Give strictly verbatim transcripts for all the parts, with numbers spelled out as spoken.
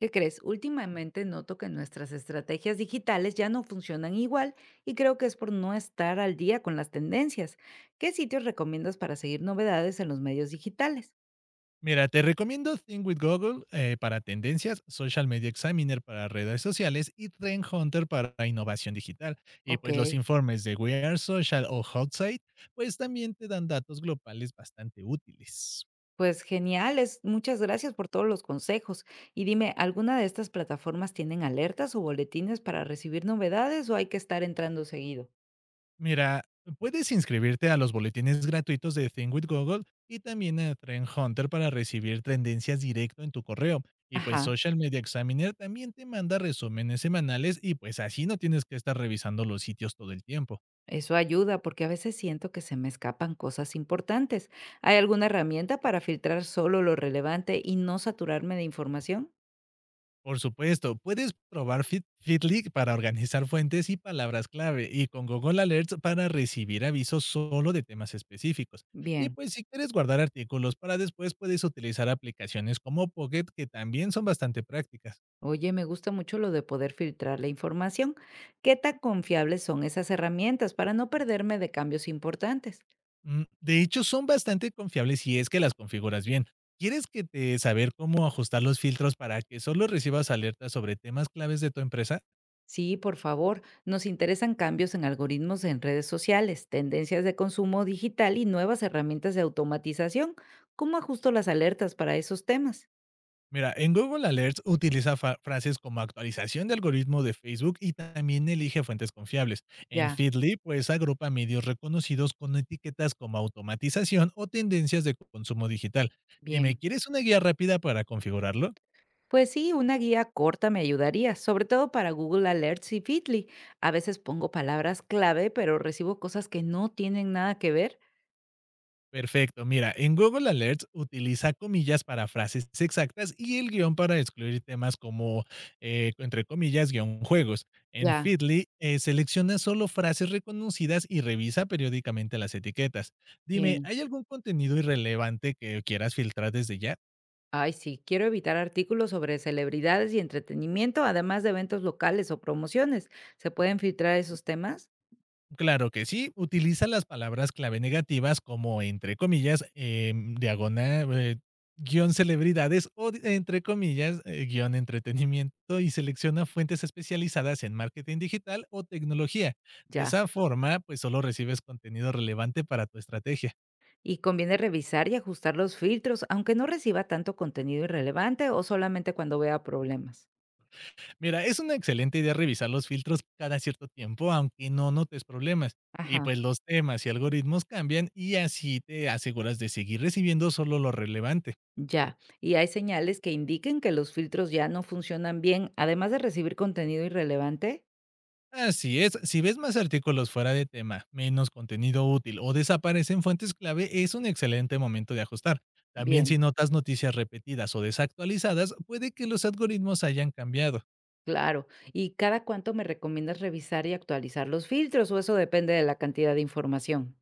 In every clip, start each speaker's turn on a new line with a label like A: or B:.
A: ¿Qué crees? Últimamente noto que nuestras estrategias digitales ya no funcionan igual y creo que es por no estar al día con las tendencias. ¿Qué sitios recomiendas para seguir novedades en los medios digitales?
B: Mira, te recomiendo Think with Google eh, para tendencias, Social Media Examiner para redes sociales y Trend Hunter para innovación digital. Y
A: Ok.
B: pues los informes de We Are Social o Hotsite, pues también te dan datos globales bastante útiles.
A: Pues genial, es- muchas gracias por todos los consejos. Y dime, ¿alguna de estas plataformas tienen alertas o boletines para recibir novedades o hay que estar entrando seguido?
B: Mira, puedes inscribirte a los boletines gratuitos de Think with Google y también a Trend Hunter para recibir tendencias directo en tu correo. Y pues
A: Ajá.
B: Social Media Examiner también te manda resúmenes semanales y pues así no tienes que estar revisando los sitios todo el tiempo.
A: Eso ayuda porque a veces siento que se me escapan cosas importantes. ¿Hay alguna herramienta para filtrar solo lo relevante y no saturarme de información?
B: Por supuesto, puedes probar Fit- Fitlick para organizar fuentes y palabras clave y con Google Alerts para recibir avisos solo de temas específicos. Y
A: Bien.
B: pues si quieres guardar artículos para después, puedes utilizar aplicaciones como Pocket que también son bastante prácticas.
A: Oye, me gusta mucho lo de poder filtrar la información. ¿Qué tan confiables son esas herramientas para no perderme de cambios importantes?
B: Mm. De hecho, son bastante confiables si es que las configuras bien. ¿Quieres que te saber cómo ajustar los filtros para que solo recibas alertas sobre temas claves de tu empresa?
A: Sí, por favor, nos interesan cambios en algoritmos en redes sociales, tendencias de consumo digital y nuevas herramientas de automatización. ¿Cómo ajusto las alertas para esos temas?
B: Mira, en Google Alerts utiliza fa- frases como actualización de algoritmo de Facebook y también elige fuentes confiables. En
A: Ya,
B: Feedly, pues agrupa medios reconocidos con etiquetas como automatización o tendencias de consumo digital. Dime,
A: bien.
B: ¿quieres una guía rápida para configurarlo?
A: Pues sí, una guía corta me ayudaría, sobre todo para Google Alerts y Feedly. A veces pongo palabras clave, pero recibo cosas que no tienen nada que ver.
B: Perfecto, mira, en Google Alerts utiliza comillas para frases exactas y el guión para excluir temas como, eh, entre comillas, guión juegos. En
A: Ya,
B: Feedly, eh, selecciona solo frases reconocidas y revisa periódicamente las etiquetas. Dime,
A: bien.
B: ¿hay algún contenido irrelevante que quieras filtrar desde ya?
A: Ay, sí, quiero evitar artículos sobre celebridades y entretenimiento, además de eventos locales o promociones. ¿Se pueden filtrar esos temas?
B: Claro que sí, utiliza las palabras clave negativas como entre comillas, em, diagonal, eh, guión celebridades o di- entre comillas, eh, guión entretenimiento y selecciona fuentes especializadas en marketing digital o tecnología. De
A: Ya.
B: esa forma, pues solo recibes contenido relevante para tu estrategia.
A: Y conviene revisar y ajustar los filtros, aunque no reciba tanto contenido irrelevante o solamente cuando vea problemas.
B: Mira, es una excelente idea revisar los filtros cada cierto tiempo, aunque no notes problemas. Y
A: Ajá.
B: pues los temas y algoritmos cambian y así te aseguras de seguir recibiendo solo lo relevante.
A: Ya, y hay señales que indiquen que los filtros ya no funcionan bien, además de recibir contenido irrelevante.
B: Así es, si ves más artículos fuera de tema, menos contenido útil o desaparecen fuentes clave, es un excelente momento de ajustar. También
A: Bien,
B: si notas noticias repetidas o desactualizadas, puede que los algoritmos hayan cambiado.
A: claro. ¿Y cada cuánto me recomiendas revisar y actualizar los filtros o eso depende de la cantidad de información?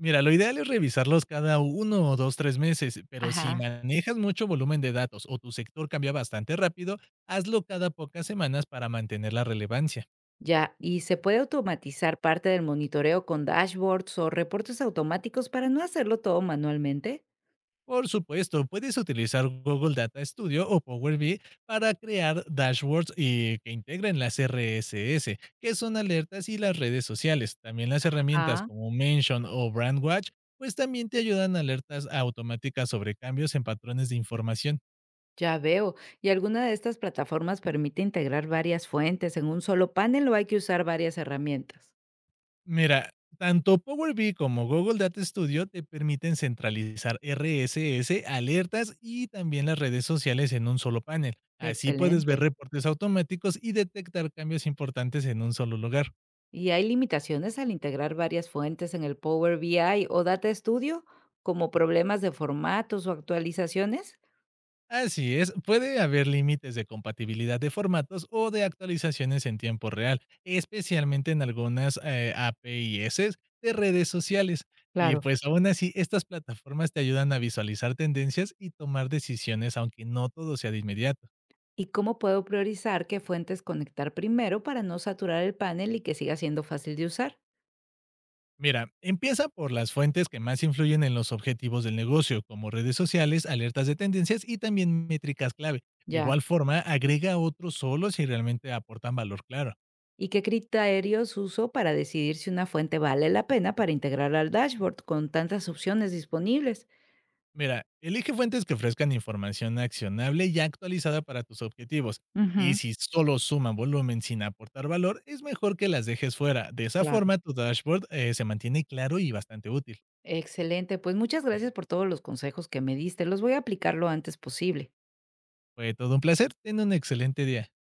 B: Mira, lo ideal es revisarlos cada uno o dos, tres meses, pero si
A: Ajá.
B: manejas mucho volumen de datos o tu sector cambia bastante rápido, hazlo cada pocas semanas para mantener la relevancia.
A: Ya, ¿y se puede automatizar parte del monitoreo con dashboards o reportes automáticos para no hacerlo todo manualmente?
B: Por supuesto, puedes utilizar Google Data Studio o Power B I para crear dashboards y que integren las RSS, que son alertas y las redes sociales. También las herramientas
A: Ah,
B: como Mention o Brandwatch, pues también te ayudan a alertas automáticas sobre cambios en patrones de información.
A: ya veo. ¿Y alguna de estas plataformas permite integrar varias fuentes en un solo panel o hay que usar varias herramientas?
B: Mira, tanto Power B I como Google Data Studio te permiten centralizar RSS, alertas y también las redes sociales en un solo panel. Así puedes ver
A: Excelente.
B: reportes automáticos y detectar cambios importantes en un solo lugar.
A: ¿Y hay limitaciones al integrar varias fuentes en el Power B I o Data Studio, como problemas de formatos o actualizaciones?
B: Así es, puede haber límites de compatibilidad de formatos o de actualizaciones en tiempo real, especialmente en algunas eh, A P I s de redes sociales. Y
A: Claro.
B: pues aún así, estas plataformas te ayudan a visualizar tendencias y tomar decisiones, aunque no todo sea de inmediato.
A: ¿Y cómo puedo priorizar qué fuentes conectar primero para no saturar el panel y que siga siendo fácil de usar?
B: Mira, empieza por las fuentes que más influyen en los objetivos del negocio, como redes sociales, alertas de tendencias y también métricas clave. De
A: Ya.
B: igual forma, agrega otros solo si realmente aportan valor claro.
A: ¿Y qué criterios uso para decidir si una fuente vale la pena para integrar al dashboard con tantas opciones disponibles?
B: Mira, elige fuentes que ofrezcan información accionable y actualizada para tus objetivos. Y
A: Ujú,
B: si solo suman volumen sin aportar valor, es mejor que las dejes fuera. De esa
A: claro.
B: forma, tu dashboard eh, se mantiene claro y bastante útil.
A: Excelente, pues muchas gracias por todos los consejos que me diste, los voy a aplicar lo antes posible.
B: Fue todo un placer. Ten un excelente día.